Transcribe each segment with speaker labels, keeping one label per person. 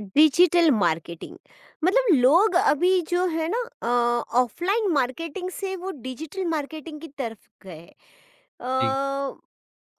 Speaker 1: Digital marketing मतलब लोग अभी जो है ना, ऑफलाइन मार्केटिंग से वो डिजिटल मार्केटिंग की तरफ गए हैं।
Speaker 2: जी।
Speaker 1: अ,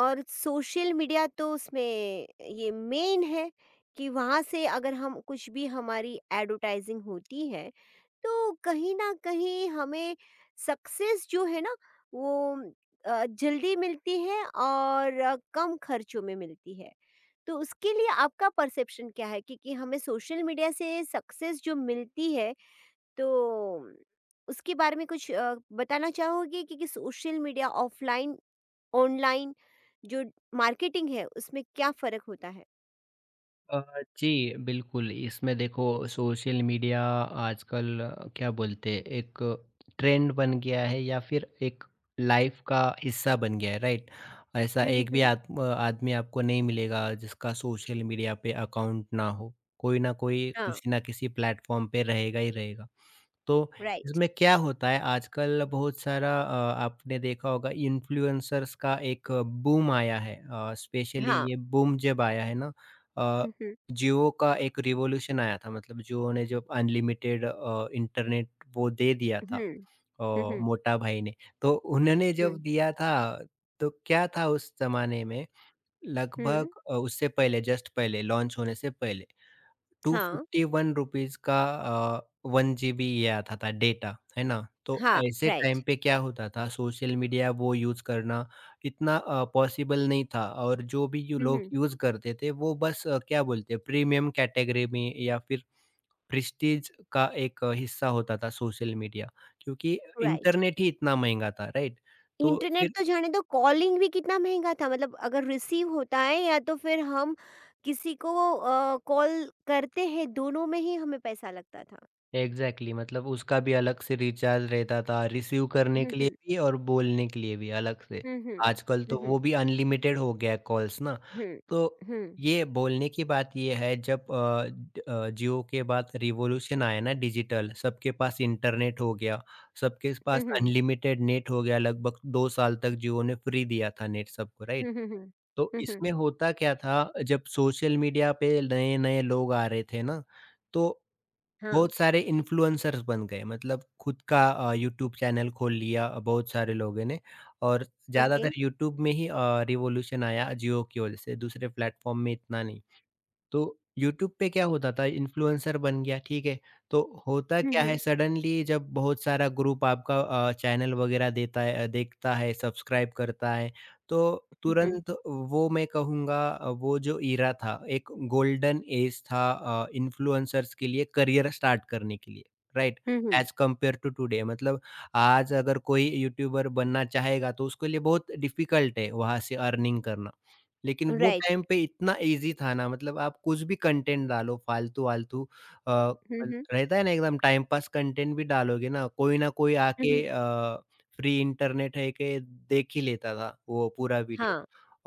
Speaker 1: और सोशल मीडिया तो उसमें ये मेन है कि वहाँ से अगर हम कुछ भी हमारी एडवर्टाइजिंग होती है तो कहीं न कहीं हमें सक्सेस जो है ना, वो जल्दी मिलती है और कम खर्चों में मिलती है। तो उसके लिए आपका परसेप्शन क्या है कि हमें सोशल मीडिया से सक्सेस जो मिलती है, तो उसके बारे में कुछ बताना चाहोगे कि सोशल मीडिया ऑफ़लाइन, ऑनलाइन जो मार्केटिंग है उसमें क्या फ़र्क होता है?
Speaker 2: अ, जी, बिल्कुल, इसमें देखो सोशल मीडिया आजकल क्या बोलते हैं एक ट्रेंड बन गया है या फिर एक लाइफ का हिस्सा बन गया है, राइट? ऐसा
Speaker 1: हुँ, हुँ,
Speaker 2: एक भी
Speaker 1: हुँ।
Speaker 2: आद आदमी आपको नहीं मिलेगा जिसका सोशल मीडिया पे अकाउंट ना हो। कोई ना कोई,
Speaker 1: हाँ,
Speaker 2: किसी ना किसी प्लेटफ़ॉर्म पे रहेगा ही रहेगा। तो
Speaker 1: राइट।
Speaker 2: इसमें क्या होता है आजकल बहुत सारा आपने देखा होगा इन्फ्लुएंसर्स का एक बूम आया है। स्पेशली
Speaker 1: हाँ।
Speaker 2: ये बूम जब आया है ना, अ,
Speaker 1: हुँ, हुँ,
Speaker 2: जियो का एक रिवॉल्यूशन आया था मतलब जियो ने जब अनलिमिटेड इंटरनेट वो दे दिया था
Speaker 1: हुँ, हुँ, हुँ,
Speaker 2: मोटा भाई ने। तो उन्होंने
Speaker 1: हुँ,
Speaker 2: जब दिया था तो क्या था उस जमाने में लगभग,
Speaker 1: हुँ,
Speaker 2: उससे पहले जस्ट पहले लॉन्च होने से पहले
Speaker 1: हाँ।
Speaker 2: ₹251 का अ, 1 जीबी ये आता था डेटा, है ना? तो
Speaker 1: हाँ,
Speaker 2: ऐसे टाइम
Speaker 1: राइट।
Speaker 2: पे क्या होता था सोशल मीडिया वो यूज़ करना इतना पॉसिबल नहीं था और जो भी जो
Speaker 1: हुँ,
Speaker 2: लोग
Speaker 1: हुँ।
Speaker 2: यूज़ करते थे वो बस, क्या बोलते हैं प्रीमियम कैटेगरी में या फिर प्रेस्टीज का एक हिस्सा होता था सोशल मीडिया, क्योंकि
Speaker 1: राइट।
Speaker 2: इंटरनेट ही इतना महँगा था, राइट? तो
Speaker 1: इंटरनेट तो जाने दो, कॉलिंग भी कितना महँगा था। मतलब अगर रिसीव होता है या तो फिर हम किसी को कॉल करते हैं, दोनों में ही हमें पैसा लगता था।
Speaker 2: एग्ज़ैक्टली मतलब उसका भी अलग से रिचार्ज रहता था, रिसीव करने
Speaker 1: हुँ,
Speaker 2: के लिए
Speaker 1: हुँ।
Speaker 2: भी और बोलने के लिए भी अलग से।
Speaker 1: हुँ, हुँ।
Speaker 2: आजकल
Speaker 1: हुँ,
Speaker 2: तो
Speaker 1: हुँ।
Speaker 2: वो भी अनलिमिटेड हो गया है कॉल्स ना।
Speaker 1: हुँ।
Speaker 2: तो
Speaker 1: हुँ।
Speaker 2: ये बोलने की बात ये है जब जियो के बाद रिवॉल्यूशन आया ना डिजिटल, सबके पास इंटरनेट हो गया, सबके
Speaker 1: हुँ,
Speaker 2: पास
Speaker 1: हुँ।
Speaker 2: अनलिमिटेड नेट हो गया, लगभग 2 साल तक जियो ने फ्री दिया था नेट सबको, राइट?
Speaker 1: हुँ, हुँ, हुँ।
Speaker 2: तो
Speaker 1: हुँ, हुँ।
Speaker 2: इसमें होता क्या था जब सोशल मीडिया पे नए-नए लोग आ रहे थे ना, तो
Speaker 1: हाँ।
Speaker 2: बहुत सारे इन्फ्लुएंसर्स बन गए मतलब खुद का यूट्यूब चैनल खोल लिया, बहुत सारे लोगों ने और
Speaker 1: ओके।
Speaker 2: ज़्यादातर यूट्यूब में ही रिवॉल्यूशन आया जियो की वजह से, दूसरे प्लेटफ़ॉर्म में इतना नहीं। तो यूट्यूब पे क्या होता था इन्फ्लुएंसर बन गया, ठीक है? तो होता
Speaker 1: हुँ,
Speaker 2: क्या है
Speaker 1: हुँ।
Speaker 2: सडनली जब बहुत सारा ग्रुप आपका चैनल वगैरह देता है, देखता है, सब्सक्राइब करता है, तो
Speaker 1: हुँ, हुँ।
Speaker 2: तुरंत वो मैं कहूँगा, वो जो इरा था, एक गोल्डन एज था इन्फ्लुएंसर्स के लिए करियर स्टार्ट करने के लिए, राइट?
Speaker 1: हुँ, हुँ।
Speaker 2: एज़ कंपेयर टू टुडे मतलब आज अगर कोई यूट्यूबर बनना चाहेगा तो उसके लिए बहुत डिफ़िकल्ट है वहाँ से अर्निंग करना। लेकिन वो
Speaker 1: राइट।
Speaker 2: टाइम पे इतना ईज़ी था ना मतलब आप कुछ भी कंटेंट डालो फालतू-वालतू, अ,
Speaker 1: हुँ,
Speaker 2: अल
Speaker 1: हुँ।
Speaker 2: रहता है ना, एकदम टाइम पास कंटेंट भी डालोगे ना कोई
Speaker 1: हुँ,
Speaker 2: आके
Speaker 1: हुँ।
Speaker 2: फ्री इंटरनेट है के देख ही लेता था वो पूरा वीडियो।
Speaker 1: हाँ।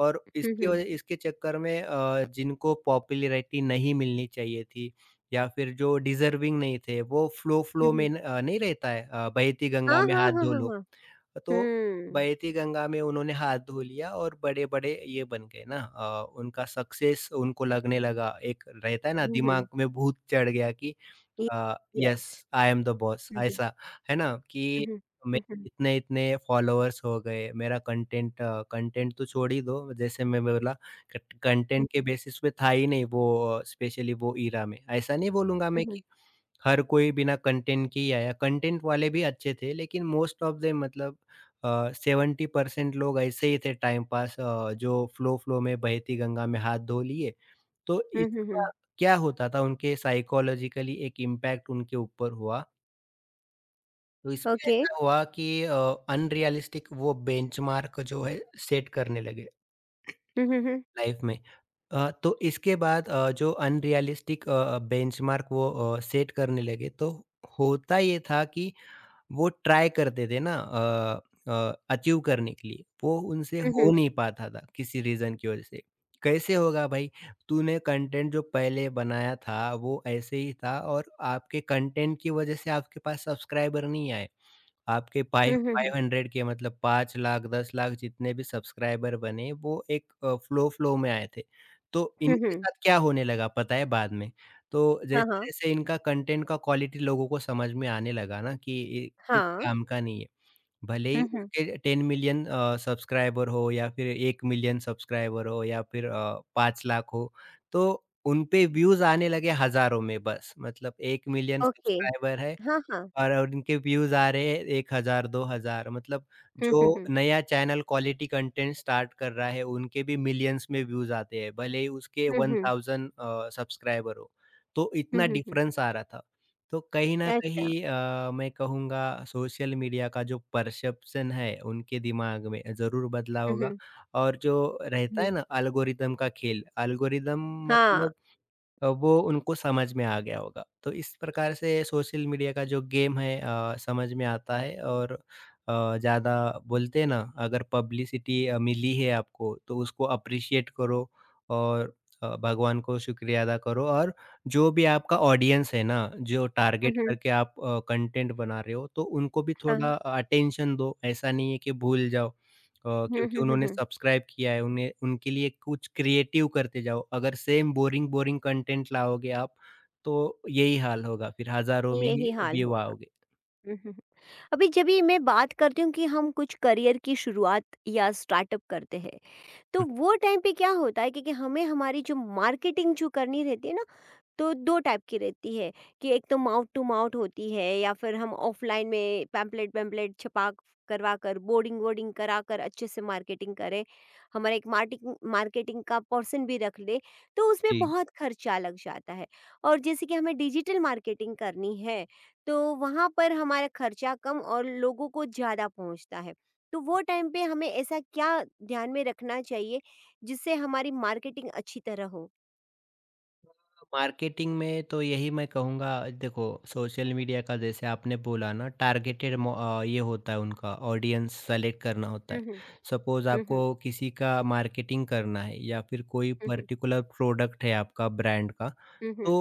Speaker 2: और
Speaker 1: हुँ,
Speaker 2: इसकी
Speaker 1: हुँ।
Speaker 2: वजह इसके चक्कर में जिनको पॉपुलैरिटी नहीं मिलनी चाहिए थी या फिर जो डिज़र्विंग नहीं थे वो फ़्लो
Speaker 1: हुँ,
Speaker 2: फ़्लो में
Speaker 1: हुँ।
Speaker 2: न अ, नहीं रहता है अ, बहती
Speaker 1: हाँ,
Speaker 2: गंगा में
Speaker 1: हाँ,
Speaker 2: हाथ
Speaker 1: हाँ,
Speaker 2: धो
Speaker 1: हाँ,
Speaker 2: लो।
Speaker 1: हाँ।
Speaker 2: तो
Speaker 1: हुँ।
Speaker 2: बहती गंगा में उन्होंने हाथ धो लिया और बड़े-बड़े ये बन गए ना, उनका सक्सेस उनको लगने लगा। एक रहता है ना
Speaker 1: हुँ, हुँ।
Speaker 2: दिमाग में भूत चढ़ गया कि
Speaker 1: ये
Speaker 2: yes
Speaker 1: yes.
Speaker 2: I am the boss
Speaker 1: हुँ, हुँ।
Speaker 2: ऐसा, है ना?
Speaker 1: हुँ,
Speaker 2: कि
Speaker 1: हुँ।
Speaker 2: मैं
Speaker 1: हुँ, हुँ।
Speaker 2: इतने-इतने फॉलोअर्स हो गए, मेरा कंटेंट, कंटेंट तो छोड़ ही दो, जैसे मैं बोला कट
Speaker 1: हुँ,
Speaker 2: कंटेंट के
Speaker 1: हुँ।
Speaker 2: बेसिस पे था ही नहीं वो, स्पेशली वो एरा में। ऐसा नहीं बोलूँगा
Speaker 1: हुँ,
Speaker 2: मैं कि
Speaker 1: हुँ।
Speaker 2: हर कोई बिना कंटेंट के ही आया। कंटेंट वाले भी अच्छे थे लेकिन मोस्ट ऑफ देम मतलब, अ, 70% लोग ऐसे ही थे टाइम पास, जो फ्लो-फ्लो में बहती गंगा में हाथ धो लिए। तो
Speaker 1: हुँ, हुँ, हुँ।
Speaker 2: इसका क्या होता था उनके साइकोलॉजिकली एक इम्पैक्ट उनके ऊपर हुआ। तो इसमें
Speaker 1: ओके।
Speaker 2: ऐसा हुआ कि अनरियलिस्टिक वो बेंचमार्क जो है सेट करने लगे
Speaker 1: हुँ, हुँ, हुँ।
Speaker 2: लाइफ में। तो इसके बाद जो अनरियलिस्टिक बेंचमार्क वो सेट करने लगे तो होता ये था कि वो ट्राई करते थे ना, अचीव करने के लिए, वो उनसे
Speaker 1: हुँ,
Speaker 2: हो
Speaker 1: हुँ।
Speaker 2: नहीं पाता था किसी रीज़न की वज़ह से। कैसे होगा भाई, तूने कंटेंट जो पहले बनाया था वो ऐसे ही था और आपके कंटेंट की वज़ह से आपके पास सब्सक्राइबर नहीं आए। आपके
Speaker 1: हुँ,
Speaker 2: फाइव
Speaker 1: हुँ, हुँ।
Speaker 2: 500 के मतलब 5 लाख 10 लाख जितने भी सब्सक्राइबर बने वो एक, फ़्लो फ़्लो में आए थे। तो
Speaker 1: हुँ,
Speaker 2: इनके
Speaker 1: हुँ।
Speaker 2: साथ क्या होने लगा पता है बाद में? तो
Speaker 1: हाँ, हाँ।
Speaker 2: जैसे-जैसे इनका कंटेंट का क्वालिटी लोगों को समझ में आने लगा ना कि ये कुछ
Speaker 1: हाँ।
Speaker 2: काम का नहीं है। भले
Speaker 1: हुँ,
Speaker 2: ही
Speaker 1: हुँ।
Speaker 2: उसके 10 मिलियन सब्सक्राइबर हो या फिर 1 मिलियन सब्सक्राइबर हो या फिर 5 लाख हो, तो उन पे व्यूज़ आने लगे हज़ारों में बस। मतलब 1 मिलियन
Speaker 1: ओके।
Speaker 2: सब्सक्राइबर है
Speaker 1: हाँ, हाँ।
Speaker 2: और इनके व्यूज़ आ रहे हैं 1,000 2,000 मतलब
Speaker 1: हुँ,
Speaker 2: जो
Speaker 1: हुँ, हुँ।
Speaker 2: नया चैनल क्वालिटी कंटेंट स्टार्ट कर रहा है, उनके भी मिलियंस में व्यूज़ आते हैं, भले ही उसके
Speaker 1: हुँ, हुँ।
Speaker 2: 1,000 सब्सक्राइबर हो। तो
Speaker 1: हुँ,
Speaker 2: इतना
Speaker 1: हुँ, हुँ।
Speaker 2: डिफ़रेंस आ रहा था। तो कहीं न
Speaker 1: अच्छा।
Speaker 2: कहीं, मैं कहूँगा सोशल मीडिया का जो परसेप्शन है, उनके दिमाग में ज़रूर बदला
Speaker 1: हुँ,
Speaker 2: होगा
Speaker 1: हुँ।
Speaker 2: और जो रहता है
Speaker 1: हुँ।
Speaker 2: ना एल्गोरिदम का खेल, एल्गोरिदम
Speaker 1: हाँ।
Speaker 2: मतलब, वो उनको समझ में आ गया होगा। तो इस प्रकार से सोशल मीडिया का जो गेम है समझ में आता है और ज़्यादा बोलते हैं ना, अगर पब्लिसिटी मिली है आपको तो उसको अप्रिशिएट करो और भगवान को शुक्रिया अदा करो और जो भी आपका ऑडियंस है ना, जो
Speaker 1: हुँ,
Speaker 2: टारगेट
Speaker 1: हुँ।
Speaker 2: करके आप कंटेंट बना रहे हो तो उनको भी
Speaker 1: हाँ, हाँ।
Speaker 2: थोड़ा अटेंशन दो। ऐसा नहीं है कि भूल जाओ।
Speaker 1: हुँ,
Speaker 2: क्योंकि
Speaker 1: हुँ, हुँ,
Speaker 2: उन्होंने
Speaker 1: हुँ।
Speaker 2: सब्सक्राइब किया है, उन्हें उनके लिए कुछ क्रिएटिव करते जाओ। अगर सेम बोरिंग-बोरिंग कंटेंट लाओगे आप, तो यही हाल होगा फिर हज़ारों में ही
Speaker 1: यही हाल
Speaker 2: व्यू
Speaker 1: होगा।
Speaker 2: आओगे।
Speaker 1: हुँ, हुँ, हुँ। अभी जब ये मैं बात करती हूँ कि हम कुछ करियर की शुरुआत या स्टार्टअप करते हैं, तो
Speaker 2: हुँ।
Speaker 1: वो टाइम पे क्या होता है कि हमें हमारी जो मार्केटिंग जो करनी रहती है ना, तो 2 टाइप की रहती है कि एक तो माउथ टू माउथ होती है या फिर हम ऑफ़लाइन में पैम्पलेट-वैम्पलेट छपा करवा कर, बोर्डिंग-वोर्डिंग करा कर अच्छे से मार्केटिंग करें। हमारा एक मार्टिंग मार्केटिंग का पर्सन भी रख लें, तो उसमें
Speaker 2: जी।
Speaker 1: बहुत खर्चा लग जाता है। और जैसे कि हमें डिजिटल मार्केटिंग करनी है, तो वहाँ पर हमारा खर्चा कम और लोगों को ज़्यादा पहुँचता है। तो वो टाइम पे हमें ऐसा क्या ध्यान में रखना चाहिए, जिससे हमारी मार्केटिंग अच्छी तरह हो?
Speaker 2: मार्केटिंग में तो यही मैं कहूँगा, देखो, सोशल मीडिया का जैसे आपने बोला ना टारगेटेड ये होता है, उनका ऑडियंस सेलेक्ट करना होता
Speaker 1: हुँ,
Speaker 2: है।
Speaker 1: हुँ।
Speaker 2: सपोज
Speaker 1: हुँ, हुँ।
Speaker 2: आपको किसी का मार्केटिंग करना है या फिर कोई
Speaker 1: हुँ, हुँ।
Speaker 2: पर्टिकुलर प्रोडक्ट है आपका ब्रांड का,
Speaker 1: Mhm.
Speaker 2: तो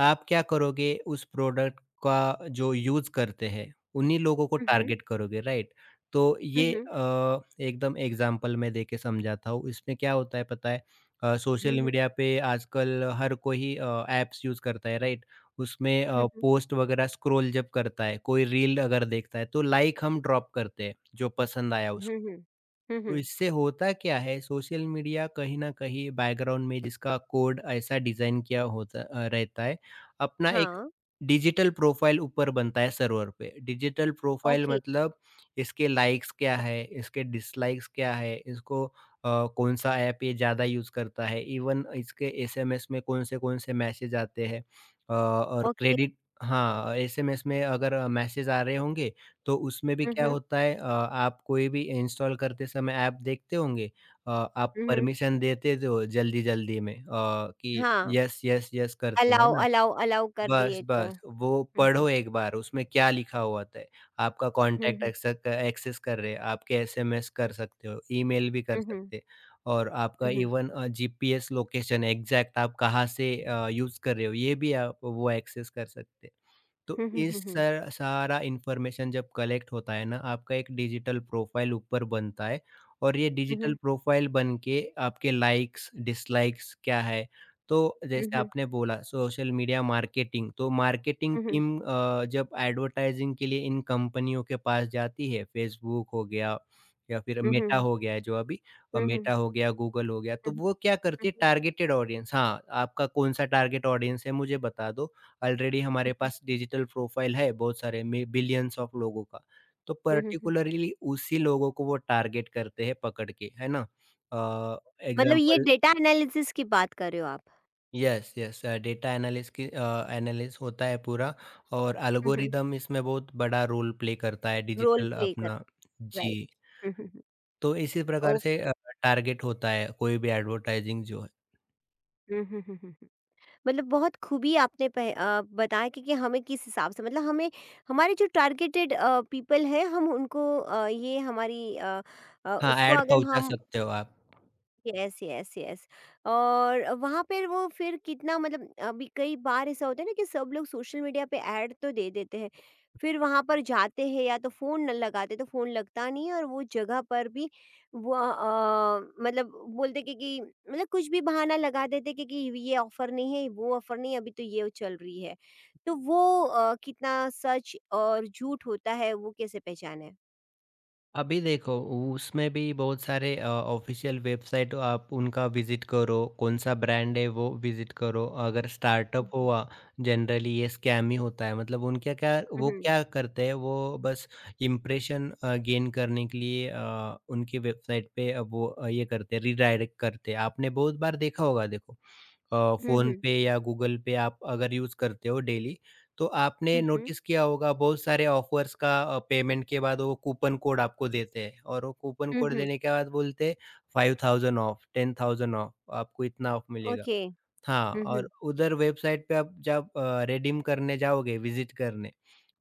Speaker 2: आप क्या करोगे उस प्रोडक्ट का जो यूज़ करते हैं उन्हीं लोगों को
Speaker 1: Mhm.
Speaker 2: टारगेट करोगे, राइट? तो ये
Speaker 1: Mhm.
Speaker 2: एकदम एग्जाम्पल मैं देके समझाता हूँ इसमें क्या होता है पता है। Social
Speaker 1: Mhm.
Speaker 2: मीडिया पे आजकल हर कोई ऐप्स यूज़ करता है, राइट? उसमें
Speaker 1: Mhm.
Speaker 2: पोस्ट वगैरह स्क्रॉल जब करता है, कोई रील अगर देखता है तो लाइक हम ड्रॉप करते हैं, जो पसंद आया उसको।
Speaker 1: Mhm.
Speaker 2: तो
Speaker 1: Mhm.
Speaker 2: इससे होता क्या है सोशल मीडिया कहीं न कहीं बैकग्राउंड में जिसका कोड ऐसा डिज़ाइन किया होता रहता है, अपना एक
Speaker 1: हाँ।
Speaker 2: डिजिटल प्रोफ़ाइल ऊपर बनता है सर्वर पे। डिजिटल प्रोफ़ाइल
Speaker 1: ओके,
Speaker 2: मतलब, इसके लाइक्स क्या है, इसके डिसलाइक्स क्या है, इसको कौन-सा ऐप ये ज़्यादा यूज़ करता है, इवन इसके एसएमएस में कौन से मैसेज आते हैं, अ, और
Speaker 1: ओके।
Speaker 2: क्रेडिट हाँ, एसएमएस में अगर मैसेज आ रहे होंगे तो उसमें भी
Speaker 1: हुँ,
Speaker 2: क्या
Speaker 1: हुँ।
Speaker 2: होता है, आप कोई भी इंस्टॉल करते समय ऐप देखते होंगे, आप
Speaker 1: हुँ, हुँ।
Speaker 2: परमिशन देते हो जल्दी-जल्दी में, कि
Speaker 1: हाँ,
Speaker 2: यस, यस, यस करते हो, है
Speaker 1: अलाउ
Speaker 2: ना?
Speaker 1: अलाउ अलाउ कर
Speaker 2: बस,
Speaker 1: दिए तो।
Speaker 2: बस वो
Speaker 1: हुँ, हुँ।
Speaker 2: पढ़ो एक बार उसमें क्या लिखा हुआ होता है, आपका
Speaker 1: हुँ,
Speaker 2: कॉन्टैक्ट
Speaker 1: हुँ।
Speaker 2: एक्सेस एक्सेस कर रहे हैं, आपके एसएमएस कर सकते हो, ईमेल भी कर
Speaker 1: हुँ, हुँ।
Speaker 2: सकते हैं और आपका
Speaker 1: हुँ, हुँ।
Speaker 2: इवन जीपीएस लोकेशन एग्ज़ैक्ट आप कहाँ से यूज़ कर रहे हो ये भी आप वो एक्सेस कर सकते हैं। तो
Speaker 1: हुँ, हुँ, हुँ,
Speaker 2: इस
Speaker 1: हुँ।
Speaker 2: सर सारा इन्फॉर्मेशन जब कलेक्ट होता है ना, आपका एक डिजिटल प्रोफ़ाइल ऊपर बनता है और ये
Speaker 1: हुँ,
Speaker 2: डिजिटल
Speaker 1: हुँ।
Speaker 2: प्रोफ़ाइल बन के आपके लाइक्स, डिसलाइक्स क्या है? तो
Speaker 1: हुँ,
Speaker 2: जैसे
Speaker 1: हुँ।
Speaker 2: आपने बोला सोशल मीडिया मार्केटिंग, तो मार्केटिंग
Speaker 1: हुँ, हुँ।
Speaker 2: टीम, जब एडवर्टाइज़िंग के लिए इन कंपनियों के पास जाती है, फेसबुक हो गया या फिर
Speaker 1: हुँ,
Speaker 2: मेटा
Speaker 1: हुँ।
Speaker 2: हो गया है जो अभी,
Speaker 1: हुँ, हुँ।
Speaker 2: मेटा हो गया, गूगल हो गया, तो
Speaker 1: हुँ, हुँ।
Speaker 2: वो क्या करती
Speaker 1: हुँ,
Speaker 2: है
Speaker 1: हुँ।
Speaker 2: टारगेटेड ऑडियंस, हाँ, आपका कौन-सा टारगेट ऑडियंस है मुझे बता दो, ऑलरेडी हमारे पास डिजिटल प्रोफाइल है बहुत सारे बिलियंस ऑफ लोगों का। तो
Speaker 1: हुँ, हुँ, हुँ।
Speaker 2: पर्टिकुलरली उसी लोगों को वो टारगेट करते हैं पकड़ के, है ना? अ,
Speaker 1: मतलब ये
Speaker 2: एग्ज़ाम्पल।
Speaker 1: डेटा एनालिसिस की बात कर रहे हो आप?
Speaker 2: यस, यस, डेटा एनालिस्ट होता है पूरा। और
Speaker 1: हुँ, हुँ।
Speaker 2: एल्गोरिदम इसमें बहुत बड़ा रोल प्ले करता है
Speaker 1: रोल
Speaker 2: डिजिटल
Speaker 1: प्ले कर।
Speaker 2: अपना। जी।
Speaker 1: राइट। हुँ, हुँ, हुँ।
Speaker 2: तो इसी प्रकार से
Speaker 1: ओके।
Speaker 2: टारगेट होता है कोई भी एडवर्टाइजिंग जो है।
Speaker 1: हुँ, हुँ, हुँ, हुँ। मतलब बहुत खूबी आपने बताया कि हमें किस हिसाब से, मतलब हमें हमारे जो टारगेटेड पीपल है, हम उनको ये हमारी
Speaker 2: हाँ,
Speaker 1: उसको
Speaker 2: ऐड
Speaker 1: अगर
Speaker 2: पहुँचा
Speaker 1: हम,
Speaker 2: सकते हो आप।
Speaker 1: Yes yes yes. और वहाँ पर वो फिर कितना, मतलब अभी कई बार ऐसा होता है ना कि सब लोग सोशल मीडिया पे ऐड तो दे देते हैं, फिर वहाँ पर जाते हैं या तो फ़ोन न लगाते, तो फ़ोन लगता नहीं है, और वो जगह पर भी वो मतलब बोलते कि मतलब कुछ भी बहाना लगा देते कि ये ऑफ़र नहीं है, वो ऑफ़र नहीं है, अभी तो ये चल रही है। तो वो कितना सच और झूठ होता है, वो कैसे पहचाने?
Speaker 2: अभी देखो, उसमें भी बहुत सारे ऑफिशियल वेबसाइट आप उनका विजिट करो, कौन सा ब्रांड है वो विजिट करो। अगर स्टार्टअप
Speaker 1: हम्म।
Speaker 2: हुआ, जनरली ये स्कैम ही होता है। मतलब उनका क्या,
Speaker 1: हम्म,
Speaker 2: वो
Speaker 1: हम्म।
Speaker 2: क्या करते हैं? वो बस इम्प्रेशन गेन करने के लिए उनकी वेबसाइट पे ये करते हैं, रिडायरेक्ट करते हैं। आपने बहुत बार देखा होगा। देखो, फोन
Speaker 1: हम्म।
Speaker 2: पे या गूगल पे आप अगर यूज करते हो डेली, तो आपने
Speaker 1: हम्म,
Speaker 2: नोटिस किया होगा बहुत सारे ऑफर्स का। पेमेंट के बाद वो कूपन कोड आपको देते हैं, और वो कूपन
Speaker 1: हम्म,
Speaker 2: कोड
Speaker 1: हम्म।
Speaker 2: देने के बाद बोलते हैं 5,000 ऑफ, 10,000 ऑफ, आपको इतना ऑफ मिलेगा।
Speaker 1: ओके।
Speaker 2: हाँ, और उधर वेबसाइट पे आप जब रिडीम करने जाओगे, विज़िट करने,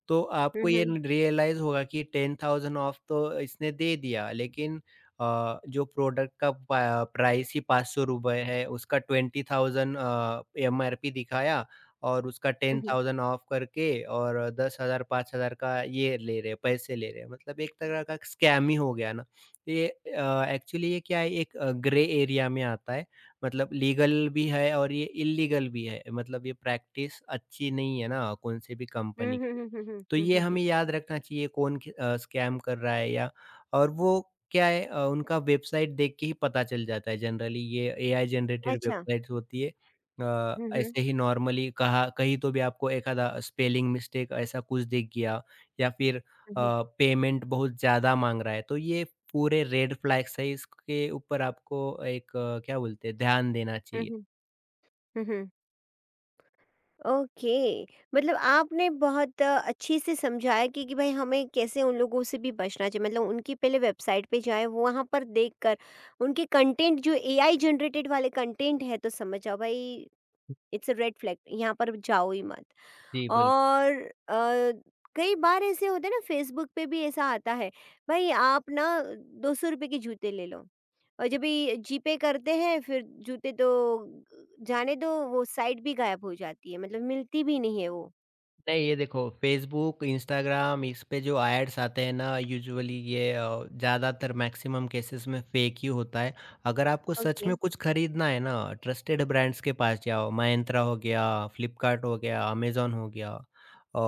Speaker 2: तो
Speaker 1: हुँ,
Speaker 2: आपको ये
Speaker 1: हुँ।
Speaker 2: रियलाइज़ होगा कि 10,000 ऑफ तो इसने दे दिया, लेकिन जो प्रोडक्ट का पा प्राइस ही ₹500 है, उसका 20,000 एमआरपी दिखाया, और उसका
Speaker 1: हुँ, हुँ।
Speaker 2: 10,000 ऑफ करके, और 10,000 5,000 का ये ले रहे हैं, पैसे ले रहे हैं। मतलब एक तरह का स्कैम ही हो गया ना। ये एक्चुअली ये क्या है, एक ग्रे एरिया में आता है। मतलब लीगल भी है और ये इल्लीगल भी है। मतलब ये प्रैक्टिस अच्छी नहीं है ना, कौन-से भी
Speaker 1: हुँ,
Speaker 2: कंपनी
Speaker 1: हुँ,
Speaker 2: के लिए।
Speaker 1: हुँ, हुँ, हुँ,
Speaker 2: तो
Speaker 1: हुँ,
Speaker 2: ये
Speaker 1: हुँ, हुँ।
Speaker 2: हमें याद रखना चाहिए कौन स्कैम कर रहा है या और वो क्या है। उनका वेबसाइट देख के ही पता चल जाता है। जनरली ये एआई जनरेटेड
Speaker 1: अच्छा।
Speaker 2: वेबसाइट्स होती है।
Speaker 1: हुँ, हुँ।
Speaker 2: ऐसे ही नॉर्मली कहा कहीं तो भी आपको एखादा स्पेलिंग मिस्टेक ऐसा कुछ दिख गया, या फिर
Speaker 1: हुँ, हुँ।
Speaker 2: पेमेंट बहुत ज़्यादा माँग रहा है। तो ये पूरे रेड फ्लैग्स है। इसके ऊपर आपको एक क्या बोलते हैं, ध्यान देना
Speaker 1: हुँ,
Speaker 2: चाहिए।
Speaker 1: हुँ। हुँ, हुँ। ओके, मतलब आपने बहुत अच्छे से समझाया कि भाई हमें कैसे उन लोगों से भी बचना चाहिए। मतलब उनकी पहले वेबसाइट पे जाएँ, वहाँ पर देखकर उनके कंटेंट जो एआई जनरेटेड वाले कंटेंट है, तो समझ जाओ भाई, इट्स अ रेड फ्लैग, यहाँ पर जाओ ही मत।
Speaker 2: जी, बिल्कुल।
Speaker 1: और अ, कई बार ऐसे होते हैं ना, फेसबुक पे भी ऐसा आता है, भाई आप ना ₹200 के जूते ले लो, और जब ये जीपे करते हैं फिर जूते तो जाने दो, वो साइट भी गायब हो जाती है, मतलब मिलती भी नहीं है वो।
Speaker 2: नहीं ये देखो, फेसबुक इंस्टाग्राम इस पे जो एड्स आते हैं ना, यूजुअली ये ज़्यादातर मैक्सिमम केसेस में फेक ही होता है। अगर आपको सच
Speaker 1: ओके।
Speaker 2: में कुछ खरीदना है ना, ट्रस्टेड ब्रांड्स के पास जाओ। Myntra हो गया, फ्लिपकार्ट हो गया, अमेजोन हो गया,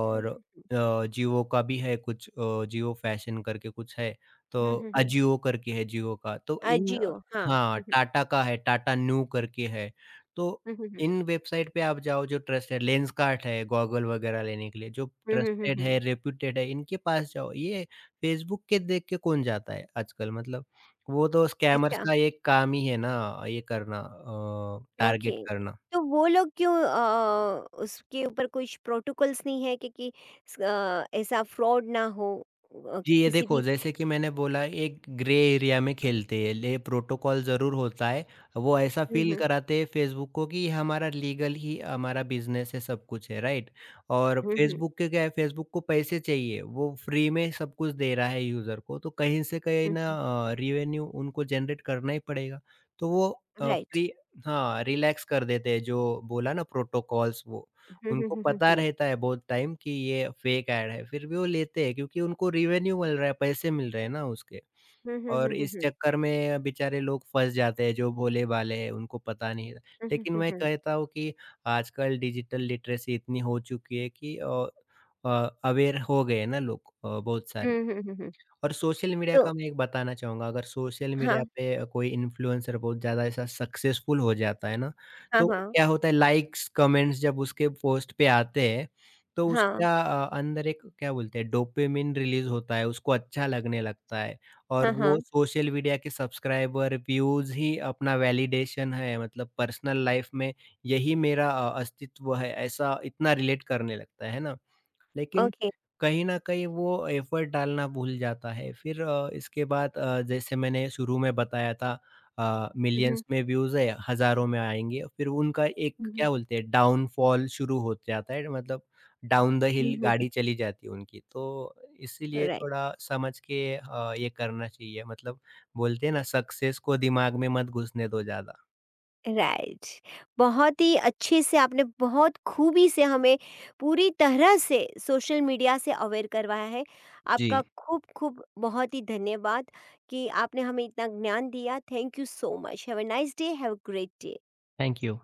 Speaker 1: हम्म,
Speaker 2: जियो का भी है कुछ। जियो फैशन करके कुछ है, तो
Speaker 1: हम्म।
Speaker 2: अजियो करके है जियो का, तो इन,
Speaker 1: अजियो, हाँ।
Speaker 2: हाँ, टाटा का है, टाटा न्यू करके है, तो
Speaker 1: हम्म, हम्म, हम्म,
Speaker 2: इन वेबसाइट पे आप जाओ। जो ट्रस्टेड लेंसकार्ट है गॉगल वगैरह लेने के लिए, जो ट्रस्टेड है,
Speaker 1: हम्म।
Speaker 2: रेप्यूटेड है, इनके पास जाओ। ये फेसबुक के देख के कौन जाता है आजकल? मतलब वो तो स्कैमर्स
Speaker 1: अच्छा।
Speaker 2: का एक काम ही है ना, ये करना, टारगेट
Speaker 1: ओके।
Speaker 2: करना।
Speaker 1: तो वो लोग क्यों, उसके ऊपर कुछ प्रोटोकॉल्स नहीं है कि ऐसा फ्रॉड ना हो
Speaker 2: जी, ये
Speaker 1: किसी
Speaker 2: देखो,
Speaker 1: भी?
Speaker 2: जैसे कि मैंने बोला एक ग्रे एरिया में खेलते हैं, ले प्रोटोकॉल ज़रूर होता है। वो ऐसा
Speaker 1: हुँ,
Speaker 2: फ़ील
Speaker 1: हुँ।
Speaker 2: कराते हैं फ़ेसबुक को कि ये हमारा लीगल ही हमारा बिज़नेस है, सब कुछ है, राइट? और
Speaker 1: हुँ, हुँ।
Speaker 2: फ़ेसबुक के क्या है, फ़ेसबुक को पैसे चाहिए। वो फ्री में सब कुछ दे रहा है यूज़र को, तो कहीं से कहीं
Speaker 1: हुँ,
Speaker 2: ना
Speaker 1: हुँ।
Speaker 2: रेवेन्यू उनको जनरेट करना ही पड़ेगा। तो वो अ,
Speaker 1: राइट।
Speaker 2: फ्री हाँ, रिलैक्स कर देते हैं जो बोला ना प्रोटोकॉल्स वो।
Speaker 1: हुँ, हुँ,
Speaker 2: उनको
Speaker 1: हुँ, हुँ,
Speaker 2: पता
Speaker 1: हुँ।
Speaker 2: रहता है बहुत टाइम कि ये फेक ऐड है, फिर भी वो लेते हैं क्योंकि उनको रिवेन्यू मिल रहा है, पैसे मिल रहे हैं ना उसके।
Speaker 1: हुँ, हुँ, हुँ,
Speaker 2: और
Speaker 1: हुँ,
Speaker 2: इस
Speaker 1: हुँ।
Speaker 2: चक्कर में बेचारे लोग फँस जाते हैं जो भोले-भाले हैं, उनको पता नहीं है।
Speaker 1: हुँ, हुँ,
Speaker 2: लेकिन
Speaker 1: हुँ,
Speaker 2: मैं
Speaker 1: हुँ।
Speaker 2: कहता हूँ कि आजकल डिजिटल लिटरेसी इतनी हो चुकी है कि अ, अवेयर हो गए हैं ना लोग बहुत
Speaker 1: हुँ,
Speaker 2: सारे।
Speaker 1: हुँ, हुँ, हुँ।
Speaker 2: और सोशल मीडिया
Speaker 1: तो
Speaker 2: का मैं एक बताना चाहूँगा, अगर सोशल मीडिया
Speaker 1: हाँ,
Speaker 2: पे कोई इन्फ्लुएंसर बहुत ज़्यादा ऐसा सक्सेसफुल हो जाता है ना,
Speaker 1: हाँ,
Speaker 2: तो
Speaker 1: हाँ।
Speaker 2: क्या होता है, लाइक्स, कमेंट्स जब उसके पोस्ट पे आते हैं, तो
Speaker 1: हाँ,
Speaker 2: उसका अंदर एक क्या बोलते हैं, डोपामाइन रिलीज़ होता है, उसको अच्छा लगने लगता है। और
Speaker 1: हाँ,
Speaker 2: वो
Speaker 1: हाँ।
Speaker 2: सोशल मीडिया के सब्सक्राइबर, व्यूज़ ही अपना वैलिडेशन है मतलब पर्सनल लाइफ़ में यही मेरा अस्तित्व है, ऐसा इतना रिलेट करने लगता है ना? लेकिन
Speaker 1: ओके।
Speaker 2: कहीं न कहीं वो एफ़र्ट डालना भूल जाता है। फिर इसके बाद, जैसे मैंने शुरू में बताया था,
Speaker 1: हुँ, हुँ।
Speaker 2: मिलियंस में व्यूज़ है, हज़ारों में आएँगे। फिर उनका एक
Speaker 1: हुँ, हुँ।
Speaker 2: क्या बोलते हैं, डाउनफॉल शुरू हो जाता है, मतलब डाउन द
Speaker 1: हुँ,
Speaker 2: हिल
Speaker 1: हुँ, हुँ।
Speaker 2: गाड़ी चली जाती है उनकी। तो इसीलिए
Speaker 1: राइट।
Speaker 2: थोड़ा समझ के ये करना चाहिए, मतलब बोलते हैं ना, सक्सेस को दिमाग में मत घुसने दो ज़्यादा।
Speaker 1: राइट, बहुत ही अच्छे से आपने बहुत खूबी से हमें पूरी तरह से सोशल मीडिया से अवेयर करवाया है।
Speaker 2: जी।
Speaker 1: आपका खूब खूब बहुत ही धन्यवाद कि आपने हमें इतना ज्ञान दिया। Thank you so much. Have a nice day, have a great day.
Speaker 2: Thank you.